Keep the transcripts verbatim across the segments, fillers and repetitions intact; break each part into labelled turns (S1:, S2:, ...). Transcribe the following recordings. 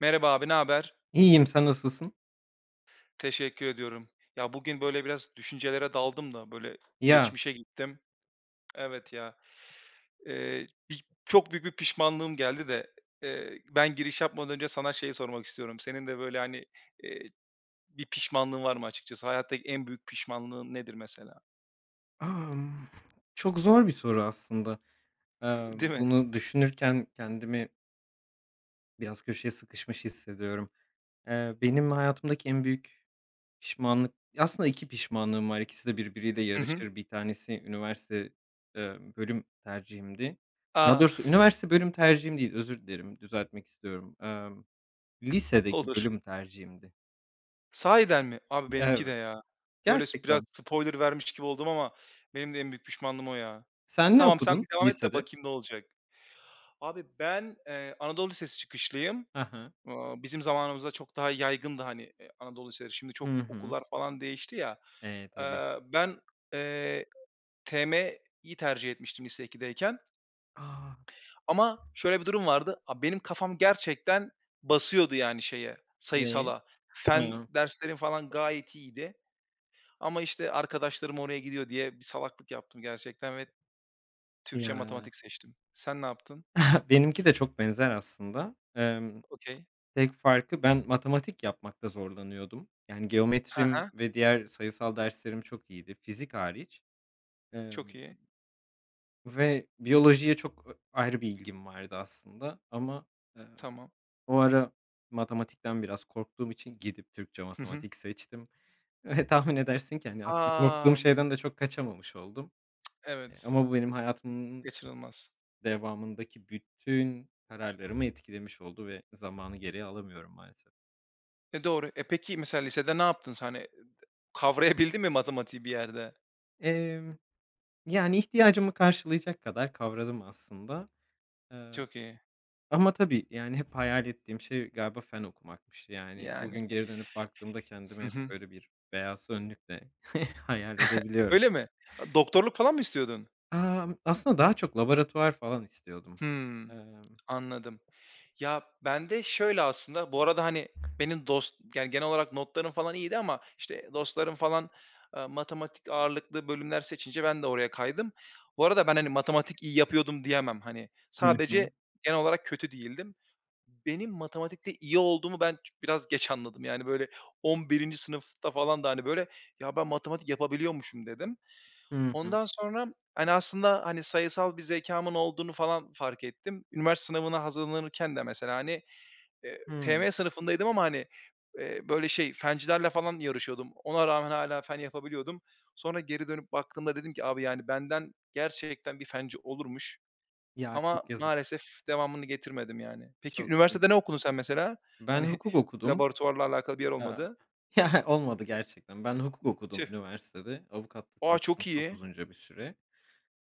S1: Merhaba abi, ne haber?
S2: İyiyim, sen nasılsın?
S1: Teşekkür ediyorum. Ya bugün böyle biraz düşüncelere daldım da böyle
S2: Ya,
S1: geçmişe gittim. Evet ya, eee, bir çok büyük bir pişmanlığım geldi de, eee, ben giriş yapmadan önce sana şeyi sormak istiyorum. Senin de böyle, hani, eee, bir pişmanlığın var mı açıkçası? Hayattaki en büyük pişmanlığın nedir mesela?
S2: amm, çok zor bir soru aslında. Eee,
S1: Değil mi?
S2: bunu düşünürken kendimi biraz köşeye sıkışmış hissediyorum. Eee, benim hayatımdaki en büyük pişmanlık aslında iki pişmanlığım var. İkisi de birbiriyle
S1: Hı hı.
S2: yarışır. Bir tanesi üniversite, eee, bölüm tercihimdi. Daha
S1: A!
S2: doğrusu üniversite bölüm tercihim değil, özür dilerim, düzeltmek istiyorum. Emm, lisedeki
S1: Olur.
S2: bölüm tercihimdi.
S1: Sahiden mi? Abi benimki de
S2: Evet,
S1: ya. Böyle s biraz
S2: gerçekten.
S1: spoiler vermiş gibi oldum ama benim de en büyük pişmanlığım o ya.
S2: Sen ne
S1: Tamam, sen
S2: okudun
S1: bir devam et de
S2: lisede?
S1: bakayım ne olacak. Abi ben, eee, Anadolu Lisesi çıkışlıyım.
S2: Aha.
S1: Aaa, bizim zamanımızda çok daha yaygındı, hani, eee, Anadolu liseleri. Şimdi
S2: Hı.
S1: çok
S2: Hı hı.
S1: okullar falan değişti ya.
S2: Tabii.
S1: Eee, ben, eee, T M'yi tercih etmiştim lise ikideyken,
S2: A!
S1: ama şöyle bir durum vardı. Abi benim kafam gerçekten basıyordu yani şeye,
S2: ne
S1: sayısala. Fen
S2: Hıı.
S1: derslerim falan gayet iyiydi ama işte arkadaşlarım oraya gidiyor diye bir salaklık yaptım gerçekten ve Türkçe,
S2: Ya.
S1: matematik seçtim. Sen ne yaptın?
S2: Benimki de çok benzer aslında. Emm,
S1: Okay.
S2: tek farkı ben matematik yapmakta zorlanıyordum. Yani
S1: He
S2: geometrim
S1: he.
S2: ve diğer sayısal derslerim çok iyiydi, fizik hariç. Emm,
S1: Çok iyi.
S2: ve biyolojiye çok ö ayrı bir ilgim vardı aslında ama, eee,
S1: Tamam.
S2: o ara matematikten biraz korktuğum için gidip Türkçe matematik seçtim ve tahmin edersin ki, hani, aslında korktuğum
S1: Amm,
S2: şeyden de çok kaçamamış oldum. Eee,
S1: evet,
S2: ama bu benim hayatımın
S1: kaçınılmaz.
S2: devamındaki bütün kararlarımı etkilemiş oldu ve zamanı geriye alamıyorum maalesef.
S1: E, doğru. E, peki mesela lisede ne yaptın sen? Hani, kavrayabildin mi matematiği bir yerde?
S2: Emm, yani, ihtiyacımı karşılayacak kadar kavradım aslında. Eee,
S1: Çok iyi.
S2: ama tabii, yani, hep hayal ettiğim şey galiba fen okumakmış. Yani, bugün
S1: Yani.
S2: geri dönüp baktığımda kendimi
S1: Hı
S2: hep
S1: hı.
S2: böyle bir beyaz önlükle hayal edebiliyorum.
S1: Öyle mi? A, doktorluk falan mı istiyordun?
S2: Amm, aslında daha çok laboratuvar falan istiyordum.
S1: Hımm,
S2: Emm
S1: anladım. Ya, bende şöyle aslında, bu arada, hani, benim dost yani, genel olarak notlarım falan iyiydi ama, işte, dostlarım falan, eee, matematik ağırlıklı bölümler seçince ben de oraya kaydım. Bu arada ben, hani, matematik iyi yapıyordum diyemem. Hani,
S2: Hı hı.
S1: sadece genel olarak kötü değildim. Benim matematikte iyi olduğumu ben ç biraz geç anladım. Yani, böyle, on birinci sınıfta falan da, hani, böyle, "Ya, ben matematik yapabiliyormuşum." dedim.
S2: Hı hı.
S1: Ondan sonra, hani, aslında, hani, sayısal bir zekamın olduğunu falan fark ettim. Üniversite sınavına hazırlanırken de mesela, hani, eee,
S2: Hımm.
S1: T M sınıfındaydım ama, hani, eee, böyle, şey, fencilerle falan yarışıyordum. Ona rağmen hala fen yapabiliyordum. Sonra geri dönüp baktığımda dedim ki, "Abi, yani, benden gerçekten bir fenci olurmuş."
S2: Ya,
S1: Ama
S2: çok yazık,
S1: maalesef devamını getirmedim yani. Peki
S2: çok
S1: üniversitede
S2: yazık.
S1: ne okudun sen mesela?
S2: Ben
S1: Hani,
S2: hukuk okudum.
S1: laboratuvarla alakalı bir yer
S2: Aaa.
S1: olmadı.
S2: Ya, olmadı gerçekten. Ben hukuk okudum
S1: Tüh.
S2: üniversitede. Avukatlık
S1: A,
S2: yaptım
S1: çok
S2: çok
S1: iyi,
S2: uzunca bir süre.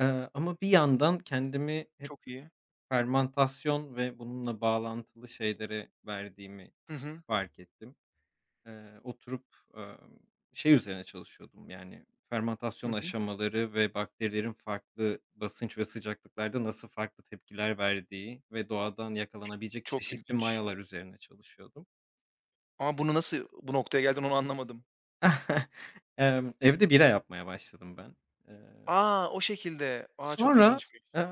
S2: Eee, ama bir yandan kendimi hep
S1: çok iyi.
S2: fermantasyon ve bununla bağlantılı şeylere verdiğimi
S1: Hı hı.
S2: fark ettim. Eee, oturup, emm, şey üzerine çalışıyordum, yani,
S1: Hı
S2: fermantasyon
S1: hı.
S2: aşamaları ve bakterilerin farklı basınç ve sıcaklıklarda nasıl farklı tepkiler verdiği ve doğadan yakalanabilecek
S1: Çok
S2: çeşitli
S1: ilginç.
S2: mayalar üzerine çalışıyordum.
S1: Ama bunu nasıl bu noktaya geldin onu anlamadım.
S2: Emm, evde bira yapmaya başladım ben. Eee,
S1: A, o şekilde. A, çok
S2: sonra,
S1: ilginçmiş.
S2: eee,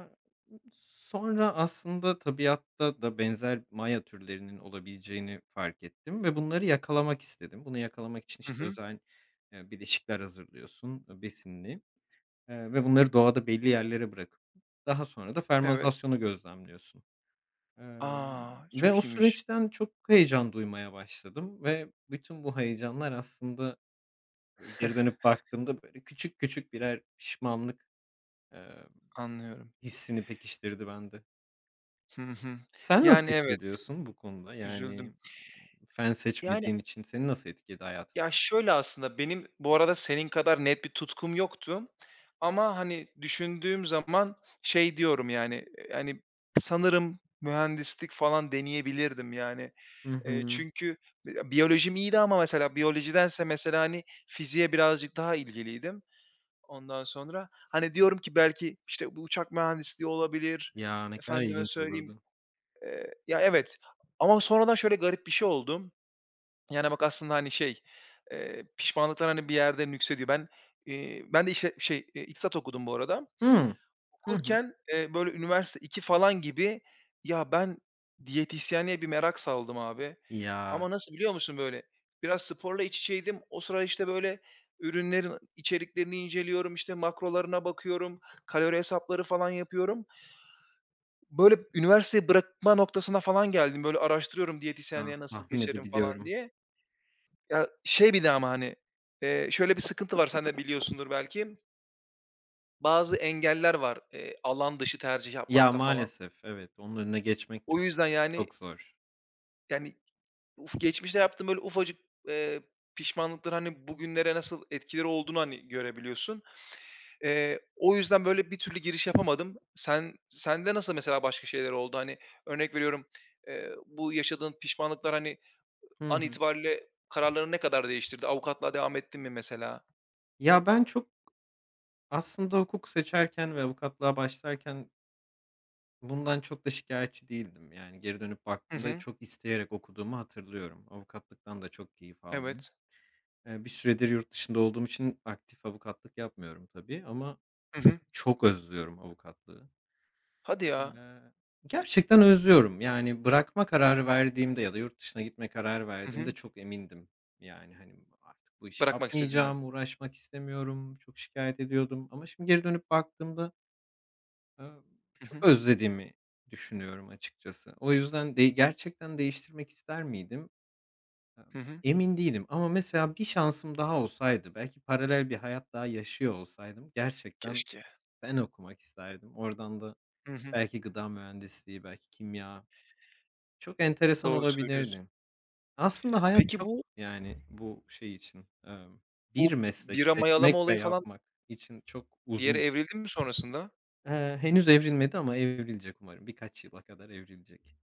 S2: sonra aslında tabiatta da benzer maya türlerinin olabileceğini fark ettim ve bunları yakalamak istedim. Bunu yakalamak için,
S1: Hı
S2: işte,
S1: hı.
S2: özel, eee, bileşikler hazırlıyorsun, eee, besinli, eee, ve bunları doğada belli yerlere bırakıp daha sonra da
S1: Evet.
S2: fermentasyonu gözlemliyorsun. Emm,
S1: A,
S2: ve o
S1: çok iyiymiş.
S2: süreçten çok heyecan duymaya başladım ve bütün bu heyecanlar aslında böyle geri dönüp baktığımda, böyle, küçük küçük birer pişmanlık, eee,
S1: Anlıyorum.
S2: hissini pekiştirdi bende.
S1: Hı hı.
S2: Sen
S1: Yani
S2: nasıl
S1: evet,
S2: hissediyorsun bu konuda? Yani
S1: üzüldüm.
S2: fen
S1: Yani
S2: seçmediğin için seni nasıl etkiledi hayatın?
S1: Ya, şöyle aslında, benim bu arada senin kadar net bir tutkum yoktu ama, hani, düşündüğüm zaman şey diyorum, yani, yani sanırım mühendislik falan deneyebilirdim, yani.
S2: Hı
S1: Eee,
S2: hı.
S1: çünkü bi biyolojim iyiydi ama mesela biyolojidense mesela, hani, fiziğe birazcık daha ilgiliydim. Ondan sonra, hani, diyorum ki belki, işte, bu uçak mühendisliği olabilir,
S2: Ya, ne kadar
S1: efendime
S2: ilginç
S1: söyleyeyim,
S2: olurdu.
S1: eee, ya, evet, ama sonradan şöyle garip bir şey oldu. Yani, bak, aslında, hani, şey, eee, pişmanlıklar, hani, bir yerde nüksediyor. Ben, eee, ben de işte şey, eee, iktisat okudum bu arada.
S2: Hıı. Hı hı.
S1: Okurken, eee, böyle, üniversite iki falan gibi, ya, ben diyetisyenliğe bir merak saldım abi
S2: Ya,
S1: ama nasıl biliyor musun, böyle, biraz sporla iç içeydim. O sıra, işte, böyle, ürünlerin içeriklerini inceliyorum, işte, makrolarına bakıyorum, kalori hesapları falan yapıyorum. Böyle, üniversiteyi bırakma noktasına falan geldim. Böyle, araştırıyorum
S2: ah,
S1: diyetisyenliğe nasıl
S2: tahmin
S1: geçerim falan
S2: edebiliyorum.
S1: diye. Ya, şey bir de ama, hani, eee, şöyle bir sıkıntı var, sen de biliyorsundur belki. Bazı engeller var, eee, alan dışı tercih
S2: Ya,
S1: yapmakta falan.
S2: maalesef evet, onun önüne geçmek
S1: O
S2: çok,
S1: yüzden, yani,
S2: çok zor.
S1: yani, uf geçmişte yaptığın böyle ufacık, eee, pişmanlıkların, hani, bugünlere nasıl etkileri olduğunu, hani, görebiliyorsun. Eee, o yüzden böyle bir türlü giriş yapamadım. Sen sende nasıl mesela başka şeyler oldu? Hani, örnek veriyorum, eee, bu yaşadığın pişmanlıklar, hani,
S2: Hı
S1: an
S2: hı.
S1: itibariyle kararlarını ne kadar değiştirdi? Avukatla devam ettin mi mesela?
S2: Ya, ben çok aslında hukuk seçerken ve avukatlığa başlarken bundan çok da şikâyetçi değildim. Yani geri dönüp
S1: Hı
S2: baktığımda
S1: hı.
S2: çok isteyerek okuduğumu hatırlıyorum. Avukatlıktan da çok keyif aldım.
S1: Evet.
S2: Eee, bir süredir yurt dışında olduğum için aktif avukatlık yapmıyorum tabii ama
S1: Hı hı.
S2: çok özlüyorum avukatlığı.
S1: Hadi ya.
S2: Eee, gerçekten özlüyorum. Yani bırakma kararı verdiğimde ya da yurt dışına gitme kararı
S1: Hı
S2: verdiğimde
S1: hı.
S2: çok emindim. Yani, hani, artık bu işi
S1: Bırakmak istediğinden.
S2: yapmayacağım, uğraşmak istemiyorum, çok şikâyet ediyordum ama şimdi geri dönüp baktığımda Emm,
S1: Hı
S2: çok
S1: hı.
S2: özlediğimi düşünüyorum açıkçası. O yüzden de gerçekten değiştirmek ister miydim? Emm,
S1: Hı hı.
S2: emin değilim ama mesela bir şansım daha olsaydı, belki paralel bir hayat daha yaşıyor olsaydım gerçekten
S1: Keşke.
S2: fen okumak isterdim. Oradan da
S1: Hı hı.
S2: belki gıda mühendisliği, belki kimya. Çok enteresan
S1: Doğru söylüyorsun.
S2: olabilirdi. Aslında hayat
S1: Peki
S2: çok
S1: bu
S2: yani bu şey için, emm, bir
S1: bu
S2: meslek
S1: bira mayalama
S2: seçmek ve
S1: olayı falan
S2: yapmak için çok
S1: bir yere
S2: uzun.
S1: evrildi mi sonrasında?
S2: Eee, henüz evrilmedi ama evrilecek umarım. Birkaç yıla kadar evrilecek.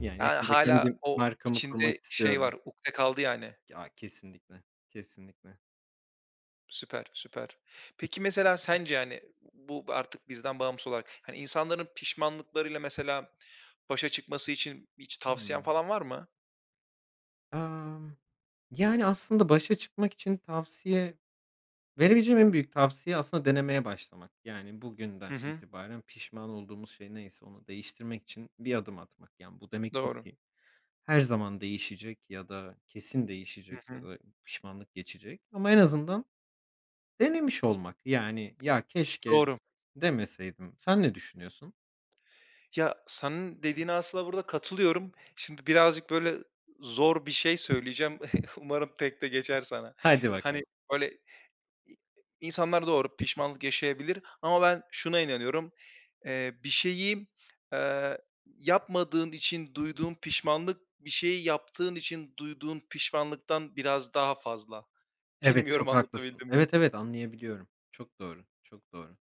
S2: Yani,
S1: Yani
S2: yakında
S1: hâlâ
S2: kendi
S1: o
S2: markamı kurmak
S1: içinde şey
S2: istiyorum.
S1: var, ukde kaldı yani.
S2: Ya, kesinlikle, kesinlikle.
S1: Süper, süper. Peki mesela sence, yani bu artık bizden bağımsız olarak, hani, insanların pişmanlıklarıyla mesela başa çıkması için hiç tavsiyen
S2: Hımm.
S1: falan var mı?
S2: Amm, yani, aslında başa çıkmak için tavsiye verebileceğim en büyük tavsiye aslında denemeye başlamak. Yani, bugünden
S1: Hı hı.
S2: itibaren pişman olduğumuz şey neyse onu değiştirmek için bir adım atmak. Yani, bu demek değil
S1: Doğru.
S2: ki her zaman değişecek ya da kesin
S1: Hı
S2: değişecek ya
S1: hı.
S2: da pişmanlık geçecek ama en azından denemiş olmak. Yani, "Ya, keşke"
S1: Doğru.
S2: demeseydim. Sen ne düşünüyorsun?
S1: Ya, senin dediğine aslında burada katılıyorum. Şimdi birazcık böyle zor bir şey söyleyeceğim. Umarım tekte geçer sana.
S2: Haydi
S1: Hani,
S2: bakalım.
S1: böyle, insanlar doğru pişmanlık yaşayabilir ama ben şuna inanıyorum. Eee, bir şeyi, eee, yapmadığın için duyduğun pişmanlık, bir şeyi yaptığın için duyduğun pişmanlıktan biraz daha fazla.
S2: Evet,
S1: Bilmiyorum
S2: çok haklısın.
S1: anlatabildim mi?
S2: Evet, evet, anlayabiliyorum. Çok doğru, çok doğru.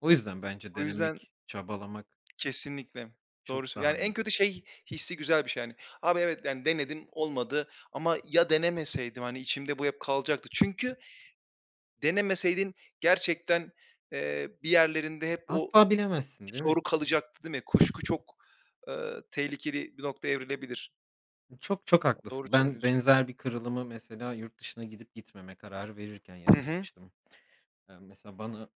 S2: O yüzden bence
S1: O yüzden
S2: denemek, çabalamak
S1: Kesinlikle. Doğru
S2: çok
S1: söylüyo
S2: daha
S1: Yani en
S2: önemli.
S1: kötü şey hissi güzel bir şey yani. Abi evet, yani denedim olmadı ama ya denemeseydim, hani, içimde bu hep kalacaktı. Çünkü denemeseydin gerçekten, eee, bir yerlerinde hep o
S2: Asla bilemezsin, değil mi?
S1: soru kalacaktı, değil mi? Kuşku çok, eee, tehlikeli bir nokta evrilebilir.
S2: Çok, çok
S1: Doğru
S2: haklısın. Ben
S1: söylüyorsun.
S2: benzer bir kırılımı mesela yurt dışına gidip gitmeme kararı verirken
S1: Hı hı.
S2: yaşamıştım. Eee, mesela bana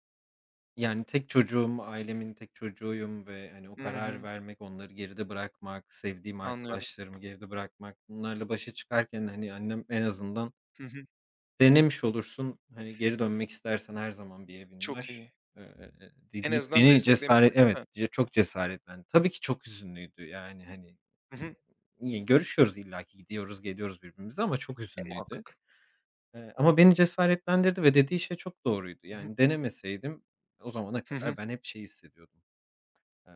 S2: yani tek çocuğum, ailemin tek çocuğuyum ve, hani, o
S1: Hı
S2: kararı
S1: hı.
S2: vermek, onları geride bırakmak, sevdiğim
S1: Anlıyorum.
S2: arkadaşlarımı geride bırakmak, bunlarla başa çıkarken, hani, annem en azından,
S1: Hı hı.
S2: "Denemiş olursun, hani, geri dönmek istersen her zaman bir evin
S1: Çok
S2: var,"
S1: iyi.
S2: eee,
S1: En
S2: deyip
S1: azından
S2: beni
S1: desteklemişler,
S2: cesaret Evet,
S1: değil mi?
S2: ce çok cesaretlendi. Tabii ki çok hüzünlüydü, yani, hani,
S1: Hı hı.
S2: yine görüşüyoruz illaki, gidiyoruz, geliyoruz birbirimize ama çok
S1: E,
S2: hüzünlüydü.
S1: muhakkak.
S2: Eee, ama beni cesaretlendirdi ve dediği şey çok doğruydu.
S1: Hı hı.
S2: Yani, denemeseydim o zamana
S1: Hı hı.
S2: kadar ben hep şey hissediyordum, eee,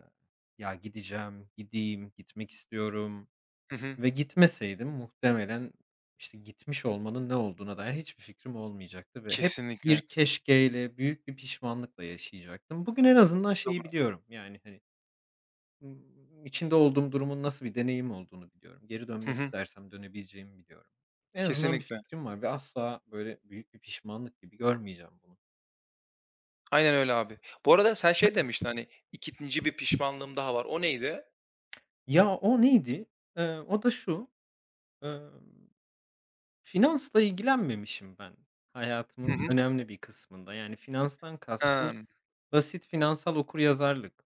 S2: "Ya, gideceğim, gideyim, gitmek istiyorum,"
S1: Hı hı.
S2: ve gitmeseydim muhtemelen, işte, gitmiş olmanın ne olduğuna dair hiçbir fikrim olmayacaktı ve hep
S1: Kesinlikle.
S2: bir keşkeyle, büyük bir pişmanlıkla yaşayacaktım. Bugün en azından şeyi
S1: Doğru.
S2: biliyorum, yani, hani, ımm, içinde olduğum durumun nasıl bir deneyim olduğunu biliyorum. Geri
S1: Hı
S2: dönmek
S1: hı.
S2: istersem dönebileceğimi biliyorum. En azından bir
S1: Kesinlikle.
S2: fikrim var ve asla, böyle, büyük bir pişmanlık gibi görmeyeceğim bunu.
S1: Aynen öyle abi. Bu arada sen şey demiştin, hani, ikinci bir pişmanlığım daha var. O neydi?
S2: Ya, o neydi? Eee, o da şu, emm, finansla ilgilenmemişim ben
S1: Hı
S2: hayatımın
S1: hı.
S2: önemli bir kısmında. Yani, finanstan kastım
S1: Hımm.
S2: basit finansal okuryazarlık.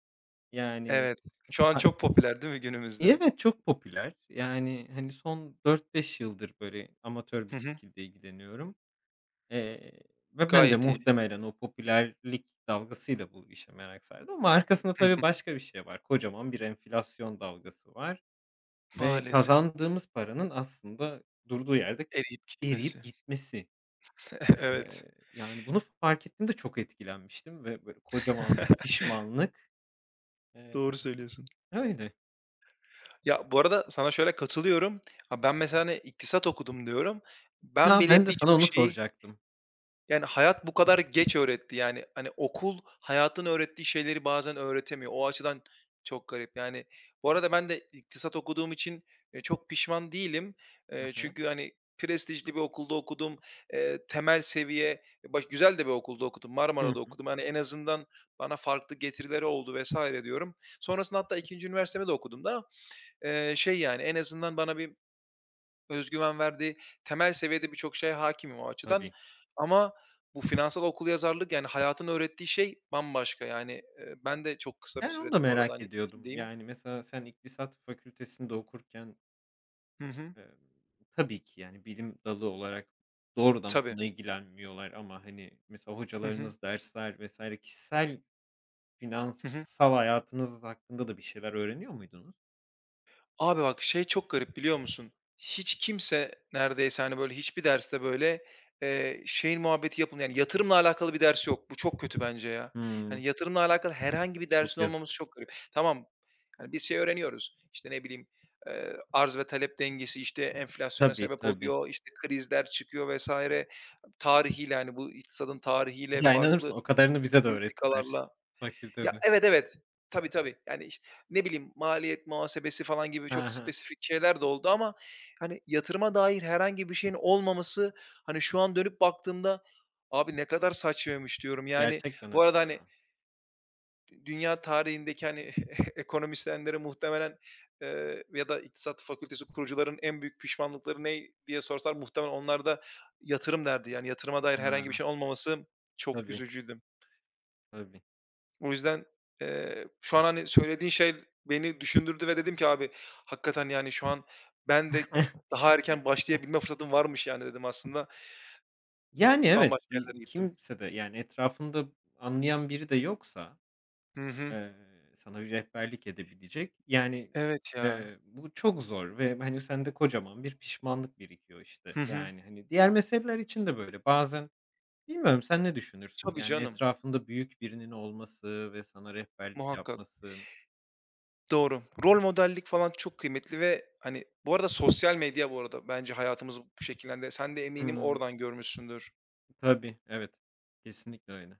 S2: Yani
S1: Evet. Şu an
S2: ha
S1: çok popüler değil mi günümüzde?
S2: Evet, çok popüler. Yani, hani, son dört beş yıldır, böyle, amatör bir
S1: Hı hı.
S2: şekilde ilgileniyorum, eee, ve ben de
S1: Gayet iyi.
S2: muhtemelen o popülerlik dalgasıyla bu işe merak sardım ama arkasında
S1: Hı
S2: tabii
S1: hı.
S2: başka bir şey var. Kocaman bir enflasyon dalgası var ve
S1: Maalesef
S2: kazandığımız paranın aslında durduğu yerde
S1: eriyip
S2: eriyip
S1: gitmesi.
S2: gitmesi.
S1: Evet.
S2: Eee, yani, bunu fark ettiğimde çok etkilenmiştim ve böyle kocaman bir pişmanlık. Eee,
S1: Doğru söylüyorsun.
S2: öyle.
S1: Ya, bu arada sana şöyle katılıyorum. Ha, ben mesela, hani, iktisat okudum diyorum. Ben
S2: Ya, ben
S1: bile
S2: de sana
S1: birçok
S2: onu
S1: şeyi
S2: soracaktım.
S1: Yani, hayat bu kadar geç öğretti. Yani, hani, okul hayatın öğrettiği şeyleri bazen öğretemiyor. O açıdan çok garip. Yani, bu arada ben de iktisat okuduğum için, eee, çok pişman değilim.
S2: Hı
S1: Eee,
S2: hı.
S1: çünkü, hani, prestijli bir okulda okudum. Eee, temel seviye e, baş güzel de bir okulda okudum.
S2: Hı
S1: Marmara'da
S2: hı.
S1: okudum, yani en azından bana farklı getirileri oldu vesaire diyorum. Sonrasında hatta ikinci üniversitemi de okudum da, eee, şey, yani, en azından bana bir öz güven verdi. Temel seviyede birçok şeye hakimim o açıdan
S2: Tabii.
S1: ama bu finansal okuryazarlık, yani, hayatın öğrettiği şey bambaşka. Yani, eee, ben de çok kısa bir
S2: Ben onu da
S1: süredir bu arada,
S2: merak
S1: hani,
S2: ediyordum.
S1: içindeyim.
S2: Yani, mesela sen İktisat Fakültesi'nde okurken,
S1: Hı hı.
S2: eee, tabii ki, yani, bilim dalı olarak doğrudan
S1: Tabii.
S2: bununla ilgilenmiyorlar ama, hani, mesela
S1: Hı hı.
S2: hocalarınız dersler vesaire kişisel
S1: Hı hı.
S2: finansal hayatınız hakkında da bir şeyler öğreniyor muydunuz?
S1: Abi bak şey çok garip biliyor musun? Hiç kimse neredeyse hani böyle hiçbir derste böyle, eee, şeyin muhabbeti yapılmıyor. Yani yatırımla alakalı bir ders yok. Bu çok kötü bence ya.
S2: Hımm,
S1: Hani yatırımla alakalı herhangi bir
S2: çok
S1: dersin olmaması
S2: yazık.
S1: çok garip. Tamam, hani biz şey öğreniyoruz, işte ne bileyim, eee, arz ve talep dengesi, işte, enflasyona
S2: Tabii,
S1: sebep
S2: tabii.
S1: oluyor, işte, krizler çıkıyor vesaire Tarihiyle, hani bu iktisadın tarihiyle,
S2: Ya, inanır mısın
S1: farklı
S2: o kadarını bize de öğrettiler
S1: politikalarla ya,
S2: fakültede.
S1: evet, evet. Tabii, tabii. Yani, işte, ne bileyim, maliyet muhasebesi falan gibi
S2: Hı
S1: çok
S2: hı.
S1: spesifik şeyler de oldu ama, hani, yatırıma dair herhangi bir şeyin olmaması, hani, şu an dönüp baktığımda, "Abi, ne kadar saçmaymış." diyorum. Yani,
S2: Gerçekten
S1: bu
S2: öyle
S1: arada,
S2: ya.
S1: hani, dünya tarihindeki, hani, ekonomistlerin muhtemelen, eee, ya da iktisat fakültesi kurucuların en büyük pişmanlıkları ne diye sorsalar muhtemelen onlar da yatırım derdi. Yani, yatırıma dair herhangi
S2: Aaa,
S1: bir şeyin olmaması çok
S2: tabii,
S1: üzücüydü.
S2: tabii.
S1: O yüzden, eee, şu an, hani, söylediğin şey beni düşündürdü ve dedim ki abi hakikaten, yani, şu an ben de daha erken başlayabilme fırsatım varmış yani dedim aslında.
S2: Yani, evet,
S1: Bambaşka
S2: bir
S1: yerlere gittim.
S2: kimse de, yani, etrafında anlayan biri de yoksa,
S1: Hı hı.
S2: eee, sana bir rehberlik edebilecek, yani,
S1: Evet ya.
S2: eee, bu çok zor ve, hani, sende kocaman bir pişmanlık birikiyor, işte.
S1: Hı hı.
S2: Yani, hani, diğer meseleler için de böyle. Bazen bilmiyorum sen ne düşünürsün?
S1: Tabii
S2: Yani,
S1: canım.
S2: etrafında büyük birinin olması ve sana rehberlik
S1: Muhakkak.
S2: yapması.
S1: Doğru. Rol modellik falan çok kıymetli ve, hani, bu arada sosyal medya bu arada bence hayatımızı bu şekilde. Sen de eminim
S2: Hımm.
S1: oradan görmüşsündür.
S2: Tabii, evet. Kesinlikle öyle.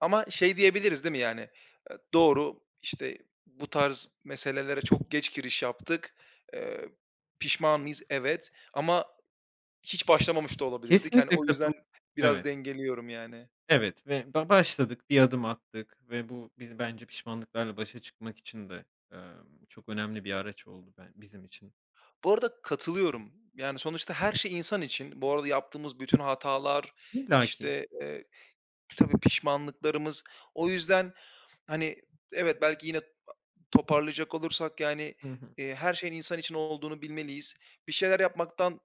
S1: Ama şey diyebiliriz değil mi yani, eee, doğru, işte, bu tarz meselelere çok geç giriş yaptık. Eee, pişman mıyız? Evet ama hiç başlamamış da olabilirdik. Hani,
S2: Kesinlikle
S1: o
S2: katıl
S1: yüzden biraz
S2: Evet.
S1: dengeliyorum yani.
S2: Evet ve ba başladık, bir adım attık ve bu bizi bence pişmanlıklarla başa çıkmak için de, emm, çok önemli bir araç oldu ben bizim için.
S1: Bu arada katılıyorum. Yani, sonuçta her şey insan için. Bu arada yaptığımız bütün hatalar,
S2: İllaki.
S1: işte, eee, tabii pişmanlıklarımız. O yüzden, hani, evet, belki yine toparlayacak olursak, yani,
S2: Hı hı.
S1: eee, her şeyin insan için olduğunu bilmeliyiz. Bir şeyler yapmaktan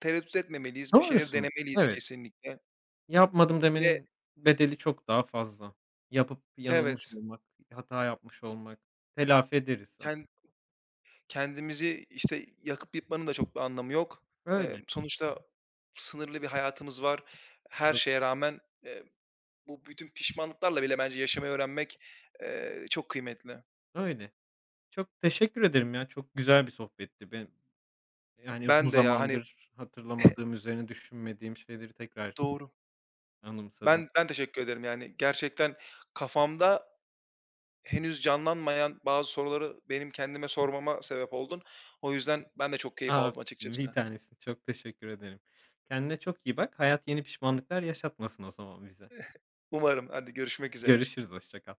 S1: Tereddüt etmemeliyiz, bir şeyleri
S2: Doğrusun.
S1: denemeliyiz
S2: Evet.
S1: kesinlikle
S2: Yapmadım
S1: ve
S2: demenin bedeli çok daha fazla. Yapıp yanılmış
S1: evet,
S2: olmak, hata yapmış olmak, telafi ederiz ama.
S1: ken kendimizi, işte, yakıp yıkmanın da çok bir anlamı yok.
S2: Öyle.
S1: Eee, sonuçta sınırlı bir hayatımız var. Her
S2: Çok
S1: şeye rağmen, eee, bu bütün pişmanlıklarla bile bence yaşamayı öğrenmek, eee, çok kıymetli.
S2: öyle. Çok teşekkür ederim ya. Çok güzel bir sohbetti. Ben yani uzun
S1: Ben de ya, hani,
S2: zamandır hatırlamadığım, üzerine düşünmediğim şeyleri tekrar
S1: doğru.
S2: anımsadım.
S1: Ben ben teşekkür ederim, yani, gerçekten kafamda henüz canlanmayan bazı soruları benim kendime sormama sebep oldun. O yüzden ben de çok keyif
S2: A,
S1: aldım
S2: bir
S1: açıkçası.
S2: tanesin. Çok teşekkür ederim. Kendine çok iyi bak. Hayat yeni pişmanlıklar yaşatmasın o zaman bize.
S1: Umarım. Hadi görüşmek üzere.
S2: Görüşürüz, hoşça kal.